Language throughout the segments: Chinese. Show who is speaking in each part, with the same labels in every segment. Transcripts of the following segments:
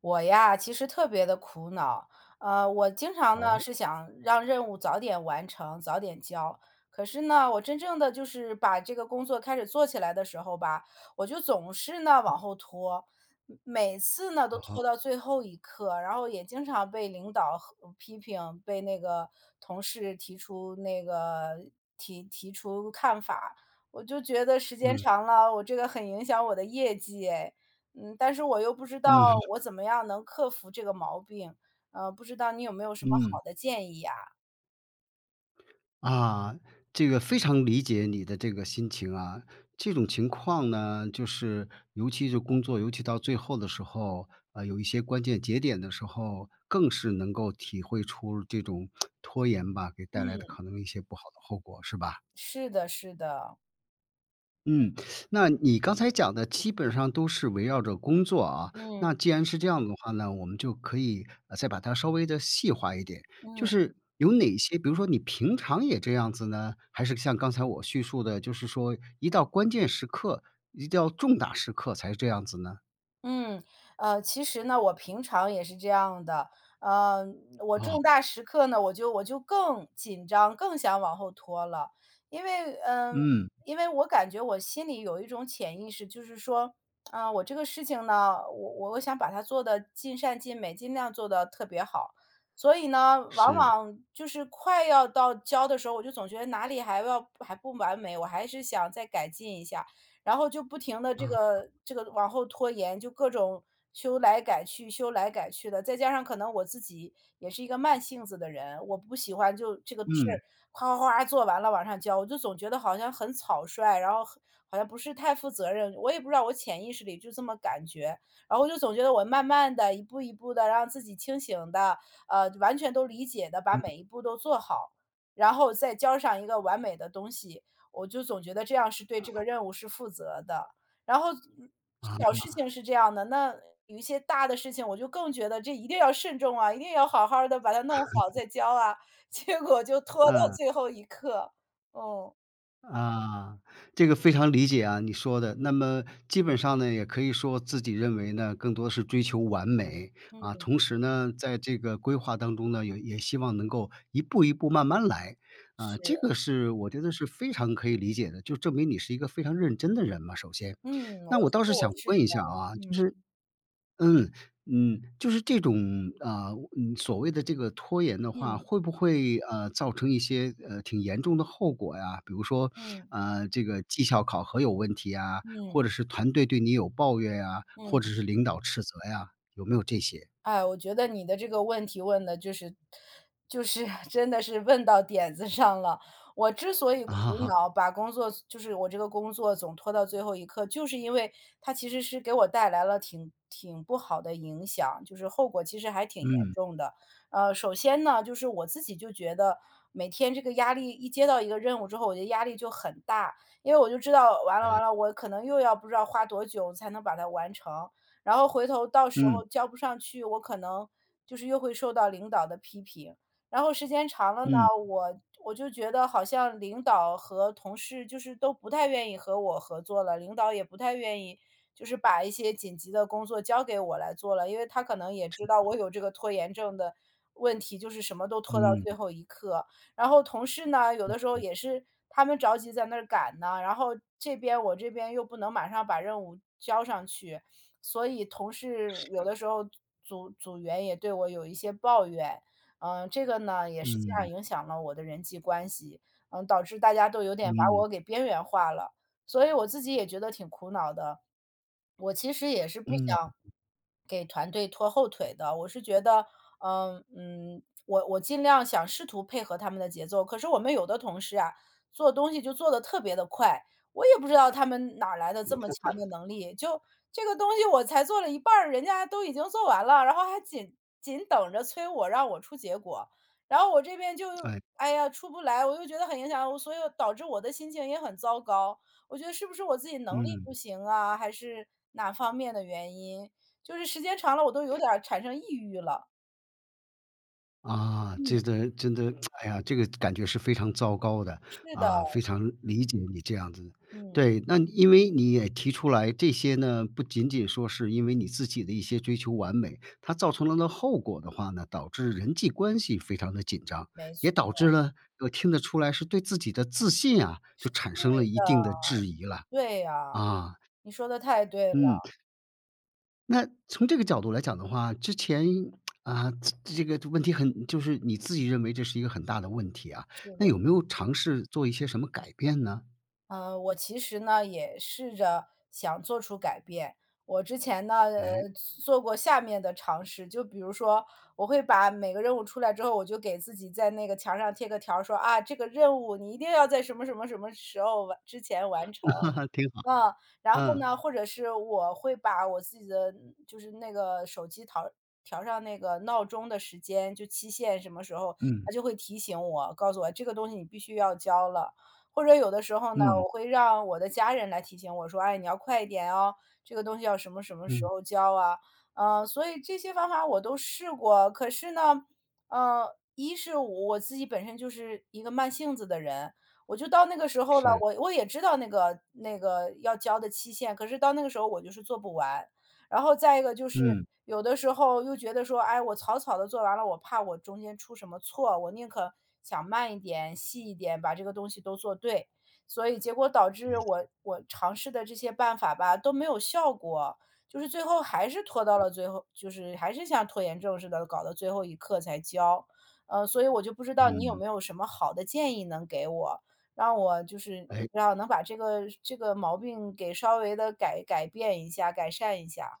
Speaker 1: 我呀，其实特别的苦恼，我经常呢，
Speaker 2: 哦，
Speaker 1: 是想让任务早点完成，早点交。可是呢，我真正的就是把这个工作开始做起来的时候吧，我就总是呢，往后拖，每次呢，都拖
Speaker 2: 好，
Speaker 1: 到最后一刻，然后也经常被领导和批评，被那个同事提出提出看法。我就觉得时间
Speaker 2: 嗯，
Speaker 1: 长了，我这个很影响我的业绩哎。但是我又不知道
Speaker 2: 嗯，
Speaker 1: 我怎么样能克服这个毛病，不知道你有没有什么好
Speaker 2: 嗯，
Speaker 1: 的建议呀？
Speaker 2: 啊，这个非常理解你的这个心情啊。这种情况呢，就是尤其是工作，尤其到最后的时候，有一些关键节点的时候，更是能够体会出这种 拖延吧，给带来的可能一些不好的后果，是吧？
Speaker 1: 是的，是的，
Speaker 2: 嗯，那你刚才讲的基本上都是围绕着工作啊。
Speaker 1: 嗯，
Speaker 2: 那既然是这样的话呢，我们就可以再把它稍微的细化一点，就
Speaker 1: 嗯。
Speaker 2: 是有哪些，比如说你平常也这样子呢，还是像刚才我叙述的，就是说一到关键时刻，一到重大时刻才这样子呢？
Speaker 1: 嗯，其实呢，我平常也是这样的，呃，我
Speaker 2: 哦，
Speaker 1: 重大时刻呢，我就更紧张，更想往后拖了，因为，嗯，
Speaker 2: 嗯，
Speaker 1: 因为我感觉我心里有一种潜意识，就是说，啊、我这个事情呢，我想把它做的尽善尽美，尽量做的特别好，所以呢，往
Speaker 2: 是
Speaker 1: 往就是快要到交的时候，我就总觉得哪里还不完美，我还是想再改进一下，然后就不停的这
Speaker 2: 啊，
Speaker 1: 个这个往后拖延，就各种修来改去、修来改去的。再加上可能我自己也是一个慢性子的人，我不喜欢就这个事儿
Speaker 2: 嗯
Speaker 1: 哗哗哗做完了往上交，我就总觉得好像很草率，然后好像不是太负责任。我也不知道我潜意识里就这么感觉，然后我就总觉得我慢慢的一步一步的让自己清醒的，完全都理解的把每一步都做好，然后再交上一个完美的东西。我就总觉得这样是对这个任务是负责的。然后嗯
Speaker 2: 啊，
Speaker 1: 小事情是这样的，那有一些大的事情，我就更觉得这一定要慎重啊，一定要好好的把它弄好再交啊。结果就拖到
Speaker 2: 嗯。
Speaker 1: 最后一刻，哦，
Speaker 2: 啊，这个非常理解啊，你说的。那么基本上呢，也可以说自己认为呢，更多的是追求完美啊。
Speaker 1: 嗯，
Speaker 2: 同时呢，在这个规划当中呢，也也希望能够一步一步慢慢来啊。
Speaker 1: 是，
Speaker 2: 这个是我觉得是非常可以理解的，就证明你是一个非常认真的人嘛。首先，
Speaker 1: 嗯，我
Speaker 2: 那我倒是想
Speaker 1: 觉得
Speaker 2: 问一下
Speaker 1: 我是，
Speaker 2: 啊，就
Speaker 1: 嗯
Speaker 2: 是嗯，就是这种，啊，所谓的这个拖延的话，
Speaker 1: 嗯
Speaker 2: 会不会，造成一些，挺严重的后果呀？比如说，
Speaker 1: 嗯
Speaker 2: 这个绩效考核有问题呀，
Speaker 1: 嗯
Speaker 2: 或者是团队对你有抱怨呀，或者
Speaker 1: 嗯。
Speaker 2: 是领导斥责呀，有没有这些？
Speaker 1: 哎，我觉得你的这个问题问的就是 真的是问到点子上了。我之所以
Speaker 2: 啊，哈
Speaker 1: 苦
Speaker 2: 哈，
Speaker 1: 恼，把工作就是我这个工作总拖到最后一刻，就是因为它其实是给我带来了挺不好的影响，就是后果其实还挺严
Speaker 2: 嗯，
Speaker 1: 重的。首先呢，就是我自己就觉得每天这个压力一接到一个任务之后，我的压力就很大，因为我就知道完了完了，我可能又要不知道花多久才能把它完成。然后回头到时
Speaker 2: 嗯，
Speaker 1: 候交不上去，我可能就是又会受到领导的批评。然后时间长了呢，
Speaker 2: 嗯，
Speaker 1: 我我就觉得好像领导和同事就是都不太愿意和我合作了，领导也不太愿意就是把一些紧急的工作交给我来做了，因为他可能也知道我有这个拖延症的问题，就是什么都拖到
Speaker 2: 嗯，
Speaker 1: 最后一刻。然后同事呢，有的时候也是他们着急在那儿赶呢，然后我这边又不能马上把任务交上去，所以同事有的时候组员也对我有一些抱怨，这个呢也实际上
Speaker 2: 嗯，
Speaker 1: 影响了我的人际关系，导致大家都有点把
Speaker 2: 嗯，
Speaker 1: 我给边缘化了，所以我自己也觉得挺苦恼的。我其实也是不
Speaker 2: 嗯，
Speaker 1: 想给团队拖后腿的，我是觉得，我尽量想试图配合他们的节奏，可是我们有的同事啊，做东西就做的特别的快，我也不知道他们哪儿来的这么强的能力，就这个东西我才做了一半儿，人家都已经做完了，然后还紧等着催我让我出结果，然后我这边就
Speaker 2: 哎，
Speaker 1: 哎呀出不来，我又觉得很影响我，所以导致我的心情也很糟糕。我觉得是不是我自己能力不
Speaker 2: 嗯。
Speaker 1: 行啊，还是哪方面的原因？就是时间长了，我都有点儿产生抑郁了。
Speaker 2: 啊，这个真的，哎呀，这个感觉是非常糟糕的，
Speaker 1: 是的，
Speaker 2: 啊，非常理解你这样子。
Speaker 1: 嗯，
Speaker 2: 对，那因为你也提出来这些呢，不仅仅说是因为你自己的一些追求完美，它造成了的后果的话呢，导致人际关系非常的紧张，
Speaker 1: 没
Speaker 2: 也
Speaker 1: 错
Speaker 2: 导致了我听得出来是对自己的自信啊，就产生了一
Speaker 1: 的，
Speaker 2: 定的质疑了，
Speaker 1: 对呀，
Speaker 2: 啊，
Speaker 1: 你说的太对了，
Speaker 2: 嗯。那从这个角度来讲的话，之前啊，这个问题很就是你自己认为这是一个很大的问题啊，
Speaker 1: 是
Speaker 2: 那
Speaker 1: 的。
Speaker 2: 有没有尝试做一些什么改变呢？
Speaker 1: 我其实呢也试着想做出改变。我之前呢，
Speaker 2: 哎，
Speaker 1: 做过下面的尝试，就比如说，我会把每个任务出来之后，我就给自己在那个墙上贴个条儿说啊，这个任务你一定要在什么什么什么时候完之前完成。
Speaker 2: 挺好，
Speaker 1: 嗯，然后
Speaker 2: 嗯，
Speaker 1: 呢，或者是我会把我自己的就是那个手机调上那个闹钟的时间，就期限什么时候，
Speaker 2: 嗯，
Speaker 1: 它就会提醒我，告诉我这个东西你必须要交了。或者有的时候呢，
Speaker 2: 嗯，
Speaker 1: 我会让我的家人来提醒我说：“哎，你要快一点哦，这个东西要什么什么时
Speaker 2: 嗯，
Speaker 1: 候交啊。”所以这些方法我都试过，可是呢，一是我自己本身就是一个慢性子的人，我就到那个时候了，
Speaker 2: 是，
Speaker 1: 我也知道那个要交的期限，可是到那个时候我就是做不完。然后再一个就是
Speaker 2: 嗯，
Speaker 1: 有的时候又觉得说，哎，我草草的做完了，我怕我中间出什么错，我宁可想慢一点、细一点，把这个东西都做对。所以结果导致我尝试的这些办法吧，都没有效果，就是最后还是拖到了最后就是还是像拖延症似的，搞到最后一刻才交。所以我就不知道你有
Speaker 2: 嗯，
Speaker 1: 没有什么好的建议能给我，让我就是
Speaker 2: 哎，
Speaker 1: 让能把这个毛病给稍微的改变一下、改善一下。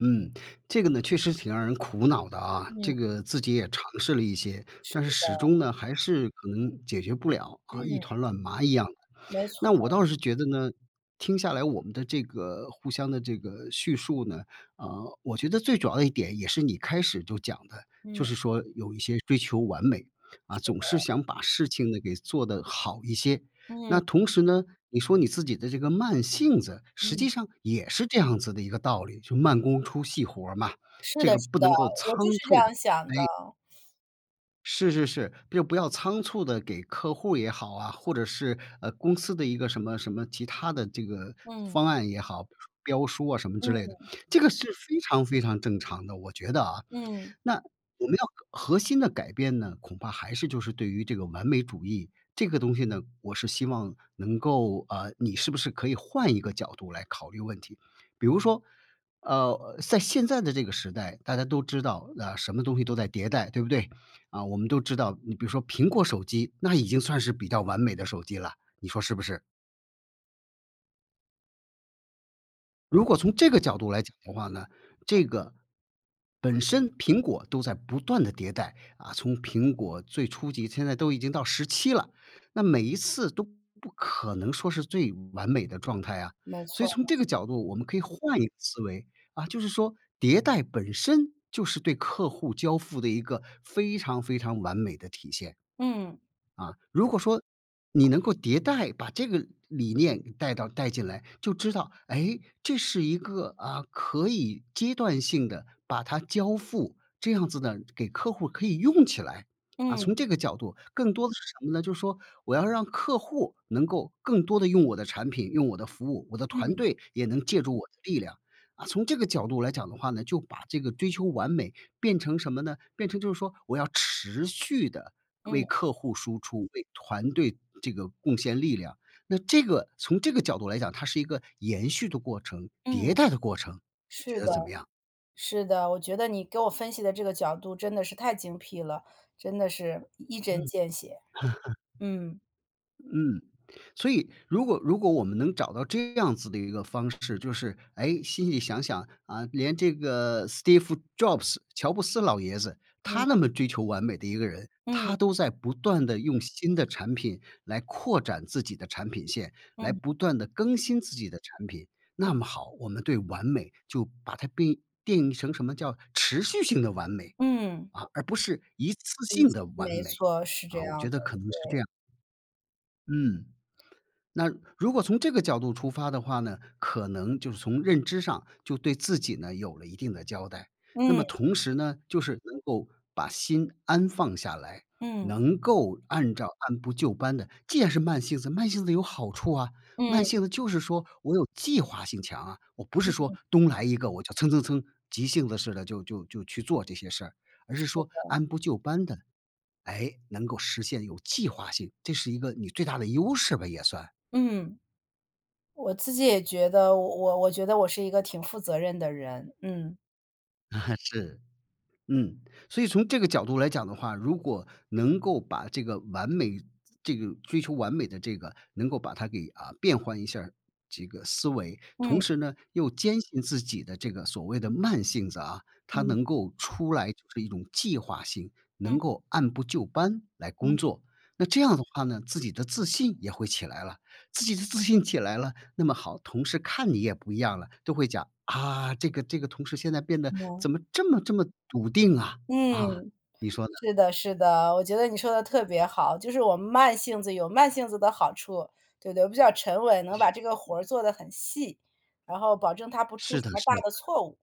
Speaker 2: 嗯，这个呢确实挺让人苦恼的啊，
Speaker 1: 嗯，
Speaker 2: 这个自己也尝试了一些，但是始终呢还是可能解决不了啊，一
Speaker 1: 嗯，
Speaker 2: 团乱麻一样。
Speaker 1: 没错，
Speaker 2: 那我倒是觉得呢，听下来我们的这个互相的这个叙述呢，我觉得最主要的一点也是你开始就讲的，就
Speaker 1: 嗯，
Speaker 2: 是说有一些追求完美，啊，
Speaker 1: 是的，
Speaker 2: 总是想把事情呢给做得好一些。
Speaker 1: 嗯，
Speaker 2: 那同时呢，你说你自己的这个慢性子，实
Speaker 1: 嗯，
Speaker 2: 际上也是这样子的一个道理，就慢工出细活儿嘛，
Speaker 1: 是
Speaker 2: 这
Speaker 1: 的
Speaker 2: 个
Speaker 1: 是
Speaker 2: 不
Speaker 1: 的，
Speaker 2: 能够仓
Speaker 1: 我就是这
Speaker 2: 促的。
Speaker 1: 样想的。
Speaker 2: 是是是，就不要仓促的给客户也好啊，或者是，公司的一个什么什么其他的这个
Speaker 1: 嗯，
Speaker 2: 方案也好，比如说标书啊什么之类
Speaker 1: 嗯，
Speaker 2: 的，这个是非常非常正常的，我觉得啊。
Speaker 1: 嗯，
Speaker 2: 那我们要核心的改变呢，恐怕还是就是对于这个完美主义这个东西呢，我是希望能够你是不是可以换一个角度来考虑问题。比如说，在现在的这个时代，大家都知道，啊，什么东西都在迭代，对不对？啊，我们都知道，你比如说苹果手机，那已经算是比较完美的手机了，你说是不是？如果从这个角度来讲的话呢，这个本身苹果都在不断的迭代，啊，从苹果最初级，现在都已经到十七了，那每一次都不可能说是最完美的状态啊。
Speaker 1: 没
Speaker 2: 所以
Speaker 1: 错，
Speaker 2: 从这个角度，我们可以换一个思维，啊，就是说迭代本身就是对客户交付的一个非常非常完美的体现。
Speaker 1: 嗯，
Speaker 2: 啊，如果说你能够迭代，把这个理念给带进来，就知道，哎，这是一个啊，可以阶段性的把它交付，这样子呢，给客户可以用起来。啊，从
Speaker 1: 嗯，
Speaker 2: 这个角度，更多的是什么呢？就是说，我要让客户能够更多的用我的产品、用我的服务，我的团
Speaker 1: 嗯，
Speaker 2: 队也能借助我的力量。啊，从这个角度来讲的话呢，就把这个追求完美变成什么呢？变成就是说我要持续的。
Speaker 1: 嗯，
Speaker 2: 为客户输出，为团队这个贡献力量。那这个从这个角度来讲，它是一个延续的过程、迭
Speaker 1: 嗯，
Speaker 2: 代的过程，你
Speaker 1: 是
Speaker 2: 觉得
Speaker 1: 的，
Speaker 2: 怎么样？
Speaker 1: 是的，我觉得你给我分析的这个角度真的是太精辟了，真的是一针
Speaker 2: 嗯。
Speaker 1: 见血。嗯
Speaker 2: 嗯，所以如果如果我们能找到这样子的一个方式，就是哎，心里想想啊，连这个 Steve Jobs 乔布斯老爷子，
Speaker 1: 嗯，
Speaker 2: 他那么追求完美的一个人，
Speaker 1: 嗯，
Speaker 2: 他都在不断的用新的产品来扩展自己的产品线，来
Speaker 1: 嗯，
Speaker 2: 不断的更新自己的产品。
Speaker 1: 嗯，
Speaker 2: 那么好，我们对完美就把它定义成什么叫持续性的完美
Speaker 1: 嗯，
Speaker 2: 啊，而不是一次性的完
Speaker 1: 没
Speaker 2: 美
Speaker 1: 错，是这
Speaker 2: 啊，我
Speaker 1: 样
Speaker 2: 觉
Speaker 1: 的，
Speaker 2: 得可能是这样，嗯。那如果从这个角度出发的话呢，可能就是从认知上就对自己呢有了一定的交代。那
Speaker 1: 嗯。
Speaker 2: 么同时呢，就是能够把心安放下来，
Speaker 1: 嗯，
Speaker 2: 能够按照按部就班的。既然是慢性子，慢性子有好处啊。
Speaker 1: 嗯，
Speaker 2: 慢性子就是说我有计划性强啊，我不是说东来一个我就蹭蹭蹭急性子似的就去做这些事儿，而是说按部就班的，哎，能够实现有计划性，这是一个你最大的优势吧，也算。
Speaker 1: 嗯。我自己也觉得，我觉得我是一个挺负责任的人，嗯。
Speaker 2: 是，嗯，所以从这个角度来讲的话，如果能够把这个完美，这个追求完美的这个，能够把它给啊变换一下儿这个思维，同
Speaker 1: 嗯，
Speaker 2: 时呢又坚信自己的这个所谓的慢性子啊，他
Speaker 1: 嗯，
Speaker 2: 能够出来就是一种计划性，
Speaker 1: 嗯，
Speaker 2: 能够按部就班来工
Speaker 1: 嗯，
Speaker 2: 作。那这样的话呢，自己的自信也会起来了，自己的自信起来了，那么好，同事看你也不一样了，都会讲啊，这个这个同事现在变得
Speaker 1: 嗯，
Speaker 2: 怎么这么这么笃定啊？啊，
Speaker 1: 嗯。
Speaker 2: 你说呢？
Speaker 1: 是的是的，我觉得你说的特别好，就是我们慢性子有慢性子的好处，对不对？比较沉稳，能把这个活儿做的很细，然后保证他不出
Speaker 2: 是
Speaker 1: 什
Speaker 2: 的
Speaker 1: 么大
Speaker 2: 是的，
Speaker 1: 的错误，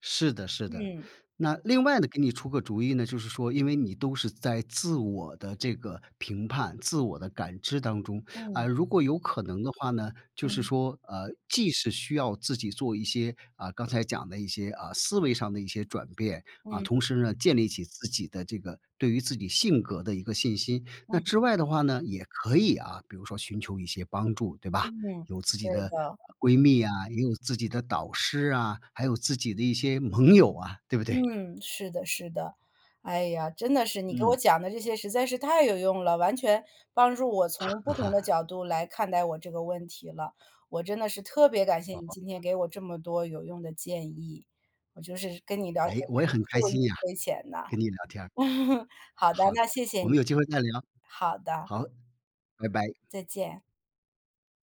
Speaker 2: 是的是的。
Speaker 1: 嗯
Speaker 2: 那另外呢，给你出个主意呢，就是说，因为你都是在自我的这个评判、自我的感知当中，啊，
Speaker 1: 嗯，
Speaker 2: 如果有可能的话呢，就是
Speaker 1: 嗯，
Speaker 2: 说，既是需要自己做一些啊，刚才讲的一些啊思维上的一些转变啊，
Speaker 1: 嗯，
Speaker 2: 同时呢，建立起自己的这个对于自己性格的一个信心。
Speaker 1: 嗯，
Speaker 2: 那
Speaker 1: 嗯。
Speaker 2: 之外的话呢，也可以啊，比如说寻求一些帮助，对吧？
Speaker 1: 嗯，
Speaker 2: 有自己
Speaker 1: 对
Speaker 2: 的
Speaker 1: 的。
Speaker 2: 闺蜜啊，也有自己的导师啊，还有自己的一些盟友啊，对不对？
Speaker 1: 嗯，是的，是的。哎呀，真的是你给我
Speaker 2: 嗯，
Speaker 1: 讲的这些实在是太有用了，完全帮助我从 不
Speaker 2: 哈
Speaker 1: 同的
Speaker 2: 哈，
Speaker 1: 角度来看待我这个问题了。我真的是特别感谢你
Speaker 2: 哦，
Speaker 1: 今天给我这么多有用的建议，我就是跟你聊天
Speaker 2: 哎，我也
Speaker 1: 真
Speaker 2: 很
Speaker 1: 是受
Speaker 2: 开
Speaker 1: 益
Speaker 2: 心呀，
Speaker 1: 匪浅呐。
Speaker 2: 跟你聊天儿。
Speaker 1: 好的，
Speaker 2: 好的，
Speaker 1: 那谢谢
Speaker 2: 我
Speaker 1: 你。
Speaker 2: 们有机会再聊，
Speaker 1: 好的，
Speaker 2: 好，拜拜。
Speaker 1: 再见。